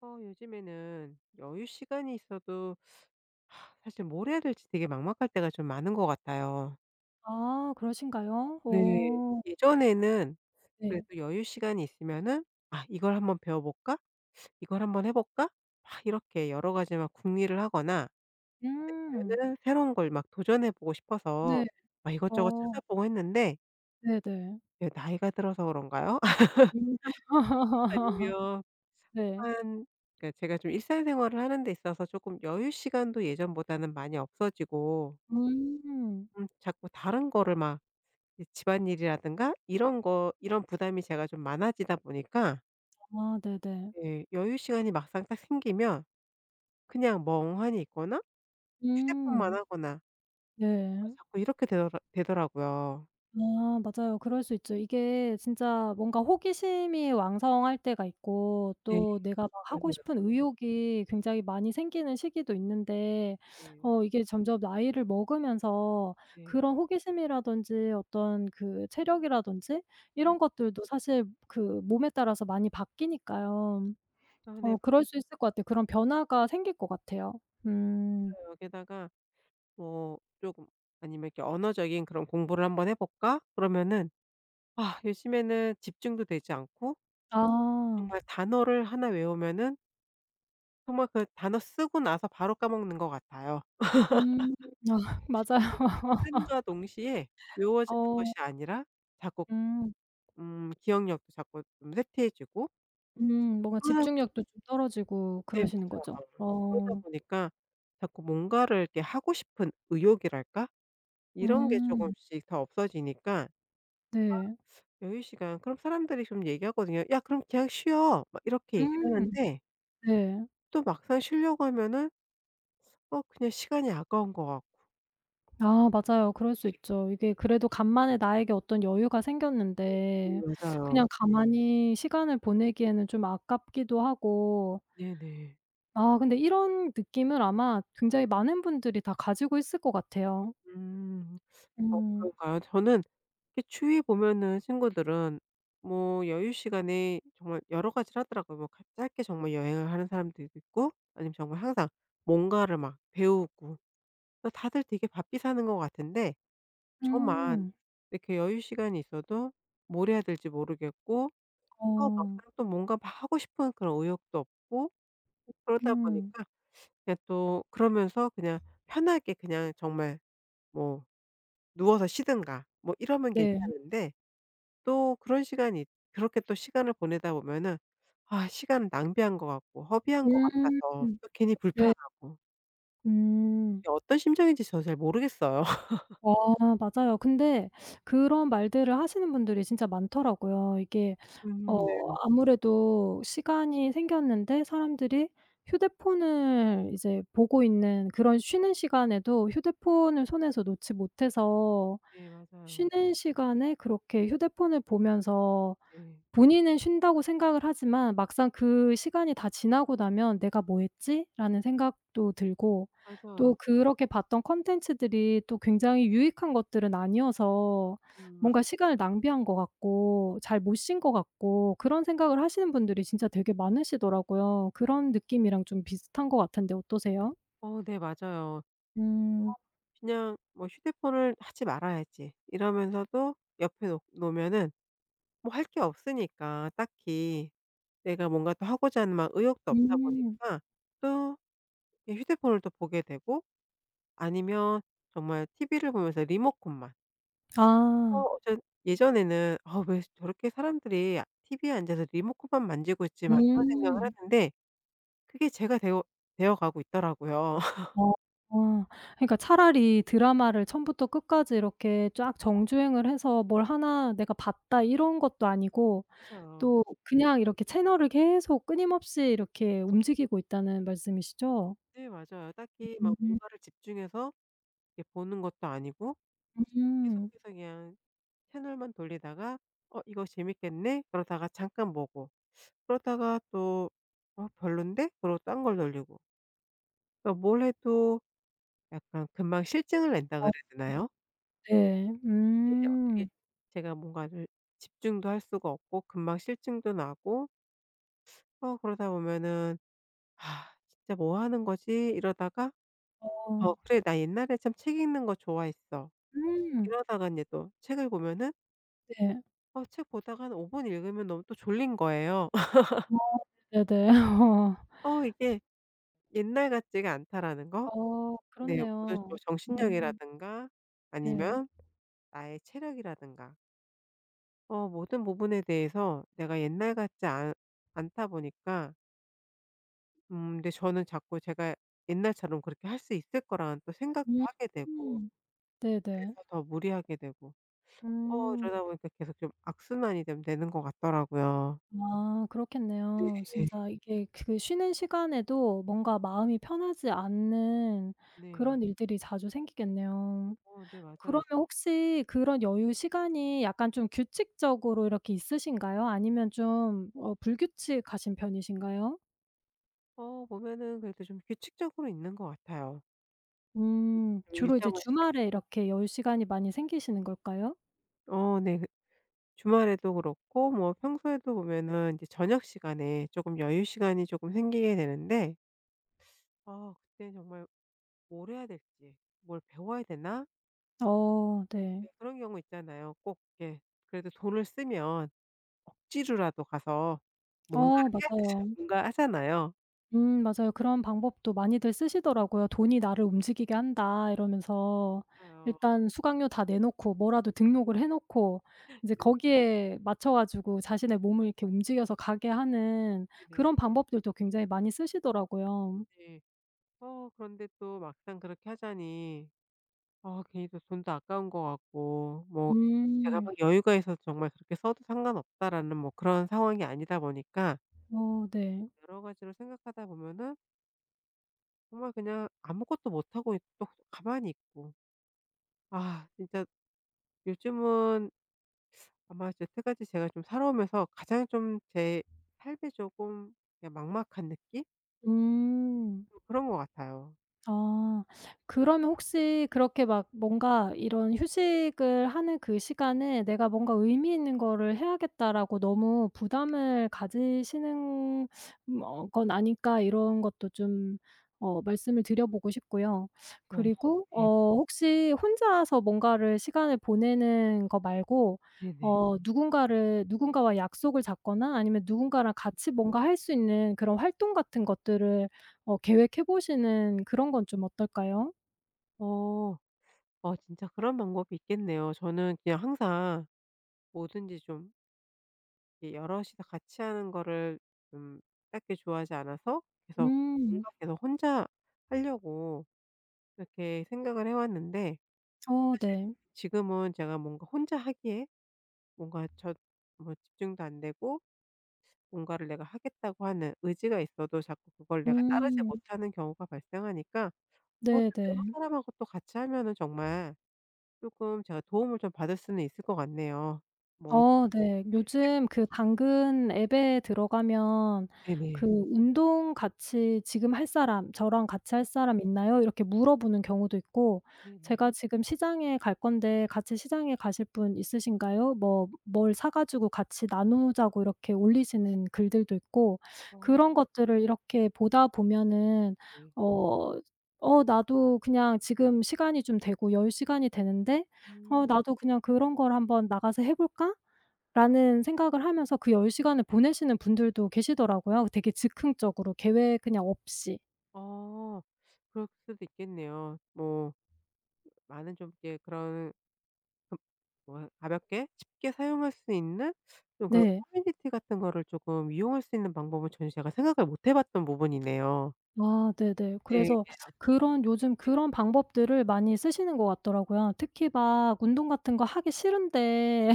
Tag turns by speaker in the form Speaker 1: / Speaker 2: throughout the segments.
Speaker 1: 요즘에는 여유 시간이 있어도 하, 사실 뭘 해야 될지 되게 막막할 때가 좀 많은 것 같아요.
Speaker 2: 아 그러신가요?
Speaker 1: 네.
Speaker 2: 어
Speaker 1: 예전에는
Speaker 2: 네.
Speaker 1: 그래도 여유 시간이 있으면은 '아 이걸 한번 배워볼까? 이걸 한번 해볼까?' 막 이렇게 여러 가지 막 궁리를 하거나
Speaker 2: 음.
Speaker 1: 아니면은 새로운 걸 막 도전해보고
Speaker 2: 네.
Speaker 1: 싶어서 막 이것저것
Speaker 2: 어
Speaker 1: 찾아보고 했는데
Speaker 2: 네네.
Speaker 1: 이 나이가 들어서 그런가요?
Speaker 2: 음.
Speaker 1: 아니면
Speaker 2: 네.
Speaker 1: 한 그러니까 제가 좀 일상생활을 하는 데 있어서 조금 여유 시간도 예전보다는 많이 없어지고
Speaker 2: 음.
Speaker 1: 자꾸 다른 거를 막 이 집안일이라든가 이런 거 이런 부담이 제가 좀 많아지다 보니까
Speaker 2: 아 네네.
Speaker 1: 예, 여유 시간이 막상 딱 생기면 그냥 멍하니 있거나 휴대폰만
Speaker 2: 음.
Speaker 1: 하거나 아
Speaker 2: 네.
Speaker 1: 자꾸 이렇게 되더라고요.
Speaker 2: 아 맞아요. 그럴 수 있죠. 이게 진짜 뭔가 호기심이 왕성할 때가 있고
Speaker 1: 네,
Speaker 2: 또 내가 막 하고
Speaker 1: 맞아요.
Speaker 2: 싶은 의욕이 굉장히 많이 생기는 시기도 있는데
Speaker 1: 네,
Speaker 2: 이게 점점 나이를 먹으면서
Speaker 1: 네.
Speaker 2: 그런 호기심이라든지 어떤 그 체력이라든지
Speaker 1: 음.
Speaker 2: 이런 것들도 사실 그 몸에 따라서 많이 바뀌니까요.
Speaker 1: 아 네,
Speaker 2: 그럴 수 있을 것 같아요. 그런 변화가 생길 것 같아요. 음.
Speaker 1: 맞아요. 다가 뭐 조금 아니면 이렇게 언어적인 그런 공부를 한번 해 볼까? 그러면은 아 요즘에는 집중도 되지 않고
Speaker 2: 아.
Speaker 1: 정말 단어를 하나 외우면은 정말 그 단어 쓰고 나서 바로 까먹는 것 같아요.
Speaker 2: 음. 아
Speaker 1: 이게
Speaker 2: 맞아요.
Speaker 1: 씀과 동시에 외워지는
Speaker 2: 어.
Speaker 1: 것이 아니라 자꾸
Speaker 2: 음.
Speaker 1: 기억력도 자꾸 좀 세트해지고
Speaker 2: 뭔가
Speaker 1: 그러다
Speaker 2: 집중력도 좀 떨어지고
Speaker 1: 네,
Speaker 2: 그러시는 거죠?
Speaker 1: 맞아요. 그러다
Speaker 2: 어.
Speaker 1: 보니까 자꾸 뭔가를 이렇게 하고 싶은 의욕이랄까? 이런 게
Speaker 2: 음.
Speaker 1: 조금씩 다 없어지니까
Speaker 2: 네.
Speaker 1: 여유 시간 그럼 사람들이 좀 얘기하거든요. "야 그럼 그냥 쉬어." 막 이렇게 얘기를
Speaker 2: 음.
Speaker 1: 하는데
Speaker 2: 네.
Speaker 1: 또 막상 쉬려고 하면은 그냥 시간이 아까운 것 같고.
Speaker 2: 아 맞아요. 그럴 수 있죠. 이게 그래도 간만에 나에게 어떤 여유가
Speaker 1: 네,
Speaker 2: 생겼는데
Speaker 1: 맞아요.
Speaker 2: 그냥 가만히 시간을 보내기에는 좀 아깝기도 하고
Speaker 1: 네네.
Speaker 2: 아 근데 이런 느낌을 아마 굉장히 많은 분들이 다 가지고 있을 것 같아요.
Speaker 1: 음.
Speaker 2: 음.
Speaker 1: 그런가요? 저는 이렇게 추위에 보면은 친구들은 뭐 여유 시간에 정말 여러 가지를 하더라고요. 뭐 가 짧게 정말 여행을 하는 사람들도 있고 아니면 정말 항상 뭔가를 막 배우고 그래서 다들 되게 바삐 사는 것 같은데 저만
Speaker 2: 음.
Speaker 1: 이렇게 여유 시간이 있어도 뭘 해야 될지 모르겠고 또
Speaker 2: 어.
Speaker 1: 막상 또 뭔가 막 하고 싶은 그런 의욕도 없고 그러다
Speaker 2: 음.
Speaker 1: 보니까 그냥 또 그러면서 그냥 편하게 그냥 정말 뭐 누워서 쉬든가 뭐 이러면
Speaker 2: 네.
Speaker 1: 괜찮은데 또 그런 시간이 그렇게 또 시간을 보내다 보면은 아 시간 낭비한 것 같고 허비한 것
Speaker 2: 음.
Speaker 1: 같아서 또 괜히
Speaker 2: 네.
Speaker 1: 불편하고
Speaker 2: 음.
Speaker 1: 이게 어떤 심정인지 저 잘 모르겠어요.
Speaker 2: 어 맞아요. 근데 그런 말들을 하시는 분들이 진짜 많더라고요. 이게
Speaker 1: 음, 네.
Speaker 2: 아무래도 시간이 생겼는데 사람들이 휴대폰을 이제 보고 있는 그런 쉬는 시간에도 휴대폰을 손에서 놓지 못해서
Speaker 1: 네, 맞아요.
Speaker 2: 쉬는 시간에 그렇게 휴대폰을 보면서
Speaker 1: 네.
Speaker 2: 본인은 쉰다고 생각을 하지만 막상 그 시간이 다 지나고 나면 '내가 뭐 했지?'라는 생각도 들고
Speaker 1: 맞아요.
Speaker 2: 또 그렇게 봤던 콘텐츠들이 또 굉장히 유익한 것들은 아니어서
Speaker 1: 음
Speaker 2: 뭔가 시간을 낭비한 것 같고 잘 못 쉰 것 같고 그런 생각을 하시는 분들이 진짜 되게 많으시더라고요. 그런 느낌이랑 좀 비슷한 것 같은데 어떠세요?
Speaker 1: 네, 맞아요.
Speaker 2: 음.
Speaker 1: 그냥 뭐 '휴대폰을 하지 말아야지.' 이러면서도 옆에 놓 놓으면은 뭐 할 게 없으니까 딱히 내가 뭔가 또 하고자 하는 막 의욕도 없다
Speaker 2: 음.
Speaker 1: 보니까 또 이 휴대폰을 또 보게 되고 아니면 정말 티비를 보면서 리모컨만.
Speaker 2: 아.
Speaker 1: 어. 전 예전에는 '아 왜 저렇게 사람들이 티비에 앉아서 리모컨만 만지고 있지.' 막 이런 생각을
Speaker 2: 음.
Speaker 1: 했는데 그게 제가 되어 가고 있더라고요.
Speaker 2: 어. 어. 그러니까 차라리 드라마를 처음부터 끝까지 이렇게 쫙 정주행을 해서 뭘 하나 내가 봤다 이런 것도 아니고
Speaker 1: 맞아요.
Speaker 2: 또 그냥 이렇게 채널을 계속 끊임없이 이렇게 움직이고 있다는 말씀이시죠?
Speaker 1: 네, 맞아요. 딱히 막
Speaker 2: 음.
Speaker 1: 뭔가를 집중해서 이렇게 보는 것도 아니고
Speaker 2: 음.
Speaker 1: 계속해서 그냥 채널만 돌리다가 '어 이거 재밌겠네.' 그러다가 잠깐 보고 그러다가 또 '어 별론데?' 그러고 딴 걸 돌리고. 그러니까 뭘 해도 약간 금방 실증을 낸다
Speaker 2: 아
Speaker 1: 그래야 되나요?
Speaker 2: 네.
Speaker 1: 네. 어떻게
Speaker 2: 음.
Speaker 1: 제가 뭔가를 집중도 할 수가 없고 금방 싫증도 나고 그러다 보면은 '아 진짜 뭐 하는 거지?' 이러다가
Speaker 2: 어.
Speaker 1: '어 그래 나 옛날에 참 책 읽는 거 좋아했어.'
Speaker 2: 음.
Speaker 1: 이러다가 얘제또 책을 보면은
Speaker 2: 네.
Speaker 1: 책 보다가 한 5분 읽으면 너무 또 졸린 거예요.
Speaker 2: 어 네네. 어
Speaker 1: 이게 옛날 같지가 않다라는 거. 네. 모든 뭐
Speaker 2: 그렇네요. 음.
Speaker 1: 정신력이라든가
Speaker 2: 네.
Speaker 1: 아니면 나의 체력이라든가 모든 부분에 대해서 내가 옛날 같지 않 않다 보니까 근데 저는 자꾸 제가 옛날처럼 그렇게 할 수 있을 거라는 또 생각도 하게 되고
Speaker 2: 음. 네네.
Speaker 1: 그래서 더 무리하게 되고
Speaker 2: 음.
Speaker 1: 이러다 보니까 계속 좀 악순환이 좀 되는 것 같더라고요.
Speaker 2: 아
Speaker 1: 네.
Speaker 2: 그렇겠네요. 진짜 이게 그 쉬는 시간에도 뭔가 마음이 편하지 않는
Speaker 1: 네.
Speaker 2: 그런 일들이 자주 생기겠네요.
Speaker 1: 네, 맞아요.
Speaker 2: 그러면 혹시 그런 여유 시간이 약간 좀 규칙적으로 이렇게 있으신가요? 아니면 좀 어 불규칙하신 편이신가요?
Speaker 1: 보면은 그래도 좀 규칙적으로 있는 것 같아요. 좀
Speaker 2: 주로 이제
Speaker 1: 일정한 시간
Speaker 2: 주말에 이렇게 여유 시간이 많이 생기시는 걸까요?
Speaker 1: 네. 그 주말에도 그렇고 뭐 평소에도 보면은 이제 저녁 시간에 조금 여유 시간이 조금 생기게 되는데 아 그때는 정말 뭘 해야 될지 '뭘 배워야 되나?'
Speaker 2: 어 네.
Speaker 1: 네. 그런 경우 있잖아요. 꼭 이렇게 그래도 돈을 쓰면 억지로라도 가서 뭔가를
Speaker 2: 어
Speaker 1: 해야 되잖아요.
Speaker 2: 맞아요.
Speaker 1: 뭔가 하잖아요.
Speaker 2: 맞아요. 그런 방법도 많이들 쓰시더라고요. "돈이 나를 움직이게 한다." 이러면서
Speaker 1: 맞아요.
Speaker 2: 일단 수강료 다 내놓고 뭐라도 등록을 해 놓고 인제
Speaker 1: 네.
Speaker 2: 거기에 맞춰 가지고 자신의 몸을 이렇게 움직여서 가게 하는
Speaker 1: 네네.
Speaker 2: 그런 방법들도 굉장히 많이 쓰시더라고요.
Speaker 1: 네. 그런데 또 막상 그렇게 하자니 아 괜히 또 돈도 아까운 것 같고 뭐 제가
Speaker 2: 음.
Speaker 1: 막 여유가 있어서 정말 그렇게 써도 상관없다라는 뭐 그런 상황이 아니다 보니까
Speaker 2: 어 네.
Speaker 1: 여러 가지로 생각하다 보면은 정말 그냥 아무것도 못하고 또 가만히 있고 아 진짜 요즘은 아마 여태까지 제가 좀 살아오면서 가장 좀 제 삶에 조금 그냥 막막한 느낌?
Speaker 2: 음.
Speaker 1: 그런 것 같아요.
Speaker 2: 아. 그러면 혹시 그렇게 막 뭔가 이런 휴식을 하는 그 시간에 '내가 뭔가 의미 있는 거를 해야겠다.'라고 너무 부담을 가지시는 건 아닐까 이런 것도 좀 말씀을 드려 보고 싶고요.
Speaker 1: 어
Speaker 2: 그리고
Speaker 1: 네.
Speaker 2: 혹시 혼자서 뭔가를 시간을 보내는 거 말고
Speaker 1: 네네.
Speaker 2: 어 누군가를 누군가와 약속을 잡거나 아니면 누군가랑 같이 뭔가 할 수 있는 그런 활동 같은 것들을 계획해 보시는 그런 건 좀 어떨까요?
Speaker 1: 어. 진짜 그런 방법이 있겠네요. 저는 그냥 항상 뭐든지 좀 이렇게 여럿이서 같이 하는 거를 좀 그닥 좋아하지 않아서 계속
Speaker 2: 음.
Speaker 1: 뭔가 계속 혼자 하려고 이렇게 생각을 해 왔는데
Speaker 2: 어
Speaker 1: 사실
Speaker 2: 네.
Speaker 1: 지금은 제가 뭔가 혼자 하기에 뭔가 저 뭐 집중도 안 되고 뭔가를 내가 하겠다고 하는 의지가 있어도 자꾸 그걸 내가 따르지
Speaker 2: 음.
Speaker 1: 못하는 경우가 발생하니까 좀 여러
Speaker 2: 네네.
Speaker 1: 사람하고 또 같이 하면은 정말 조금 제가 도움을 좀 받을 수는 있을 것 같네요. 뭐
Speaker 2: 어 네.
Speaker 1: 네,
Speaker 2: 요즘 그 당근 앱에 들어가면 그
Speaker 1: 네네.
Speaker 2: "운동 같이 지금 할 사람, 저랑 같이 할 사람 있나요?" 이렇게 물어보는 경우도 있고
Speaker 1: 네네.
Speaker 2: "제가 지금 시장에 갈 건데 같이 시장에 가실 분 있으신가요?" 뭐 "뭘 사 가지고 같이 나누자고." 이렇게 올리시는 글들도 있고
Speaker 1: 어
Speaker 2: 그런 것들을 이렇게 보다 보면은
Speaker 1: 네.
Speaker 2: 어 나도 그냥 지금 시간이 좀 되고 여유 시간이 되는데
Speaker 1: 음.
Speaker 2: '어 나도 그냥 그런 걸 한번 나가서 해 볼까?' 라는 생각을 하면서 그 10 시간을 보내시는 분들도 계시더라고요, 되게 즉흥적으로 계획 그냥 없이.
Speaker 1: 어 그럴 수도 있겠네요. 뭐 많은 좀 이렇게 그런 그 뭐 가볍게 쉽게 사용할 수 있는 좀 그런
Speaker 2: 네.
Speaker 1: 커뮤니티 같은 거를 조금 이용할 수 있는 방법을 전혀 제가 생각을 못해 봤던 부분이네요.
Speaker 2: 아 네네.
Speaker 1: 네.
Speaker 2: 그래서 그런 요즘
Speaker 1: 네네.
Speaker 2: 그런 방법들을 많이 쓰시는 것 같더라고요. 특히 막 운동 같은 거 하기 싫은데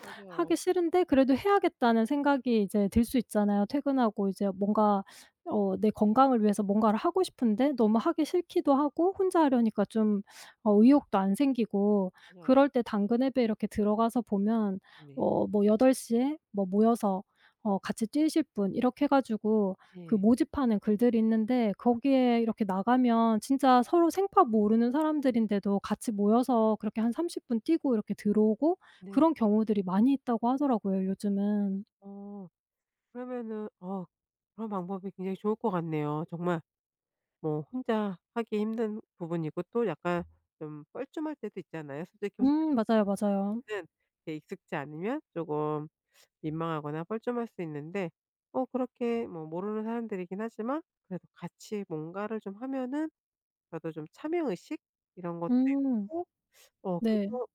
Speaker 1: 맞아요.
Speaker 2: 하기 싫은데 그래도 해야겠다는 생각이 이제 들 수 있잖아요. 퇴근하고 이제 뭔가 내 건강을 위해서 뭔가를 하고 싶은데 너무 하기 싫기도 하고 혼자 하려니까 좀 의욕도 안 생기고
Speaker 1: 맞아요.
Speaker 2: 그럴 때 당근 앱에 이렇게 들어가서 보면
Speaker 1: 네네.
Speaker 2: 뭐8시에 뭐 모여서 같이 뛰실 분 이렇게 해 가지고 그
Speaker 1: 네.
Speaker 2: 모집하는 글들이 있는데 거기에 이렇게 나가면 진짜 서로 생파 모르는 사람들인데도 같이 모여서 그렇게 한 30분 뛰고 이렇게 들어오고 그런
Speaker 1: 네
Speaker 2: 경우들이 많이 있다고 하더라고요 요즘은.
Speaker 1: 어 그러면은 그런 방법이 굉장히 좋을 것 같네요. 정말 뭐 혼자 하기 힘든 부분이고 또 약간 좀 뻘쭘할 때도 있잖아요. 솔직히
Speaker 2: 맞아요, 맞아요.
Speaker 1: 혼자는 이렇게 익숙지 않으면 조금 민망하거나 뻘쭘할 수 있는데 그렇게 뭐 모르는 사람들이긴 하지만 그래도 같이 뭔가를 좀 하면은 저도 좀 참여 의식 이런 것도
Speaker 2: 음
Speaker 1: 있고
Speaker 2: 네.
Speaker 1: 그래서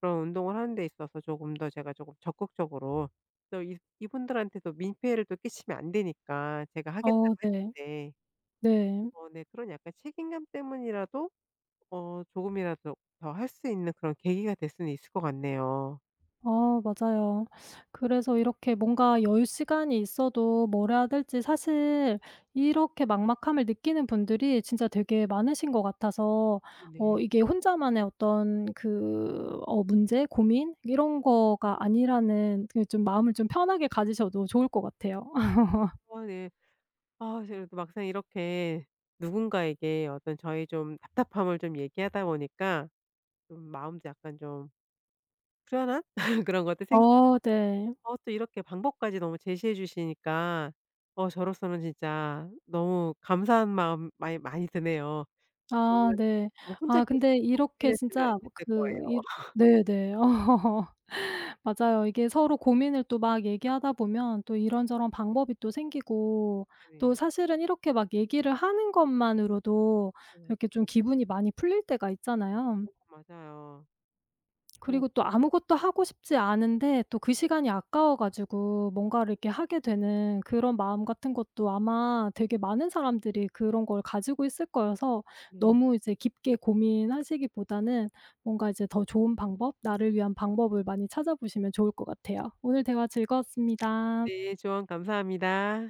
Speaker 1: 그런 운동을 하는 데 있어서 조금 더 제가 조금 적극적으로 또 이 이분들한테도 민폐를 또 끼치면 안 되니까 제가
Speaker 2: 어
Speaker 1: 하겠다고
Speaker 2: 네.
Speaker 1: 했는데
Speaker 2: 네.
Speaker 1: 네, 그런 약간 책임감 때문이라도 조금이라도 더 할 수 있는 그런 계기가 될 수는 있을 것 같네요.
Speaker 2: 어 맞아요. 그래서
Speaker 1: 네.
Speaker 2: 이렇게 뭔가 여유 시간이 있어도 뭘 해야 될지 사실 이렇게 막막함을 느끼는 분들이 진짜 되게 많으신 것 같아서
Speaker 1: 네
Speaker 2: 이게 혼자만의 어떤 그 문제, 고민 이런 거가 아니라는 그 좀 마음을 좀 편하게 가지셔도 좋을 것 같아요.
Speaker 1: 네. 아 제가 또 막상 이렇게 누군가에게 어떤 저의 좀 답답함을 좀 얘기하다 보니까 좀 마음도 약간 좀 후련한 그런 것도
Speaker 2: 어 네.
Speaker 1: 또 이렇게 방법까지 너무 제시해 주시니까 저로서는 진짜 너무 감사한 마음 많이 많이 드네요.
Speaker 2: 아
Speaker 1: 정말
Speaker 2: 네.
Speaker 1: 아마 혼자
Speaker 2: 아 근데
Speaker 1: 계속해서
Speaker 2: 이렇게
Speaker 1: 고민했으면 안
Speaker 2: 진짜 뭐
Speaker 1: 됐을 거예요.
Speaker 2: 그이 네네. 어. 맞아요. 이게 서로 고민을 또 막 얘기하다 보면 또 이런저런 방법이 또 생기고 또
Speaker 1: 네네.
Speaker 2: 사실은 이렇게 막 얘기를 하는 것만으로도
Speaker 1: 네,
Speaker 2: 이렇게 좀 기분이 많이 풀릴 때가 있잖아요.
Speaker 1: 맞아요. 맞아요. 뭐
Speaker 2: 그리고 또 아무것도 하고 싶지 않은데 또 그 시간이 아까워 가지고 뭔가를 이렇게 하게 되는 그런 마음 같은 것도 아마 되게 많은 사람들이 그런 걸 가지고 있을 거여서
Speaker 1: 네.
Speaker 2: 너무 이제 깊게 고민하시기보다는 뭔가 이제 더 좋은 방법, 나를 위한 방법을 많이 찾아보시면 좋을 것 같아요. 오늘 대화 즐거웠습니다.
Speaker 1: 네, 조언 감사합니다.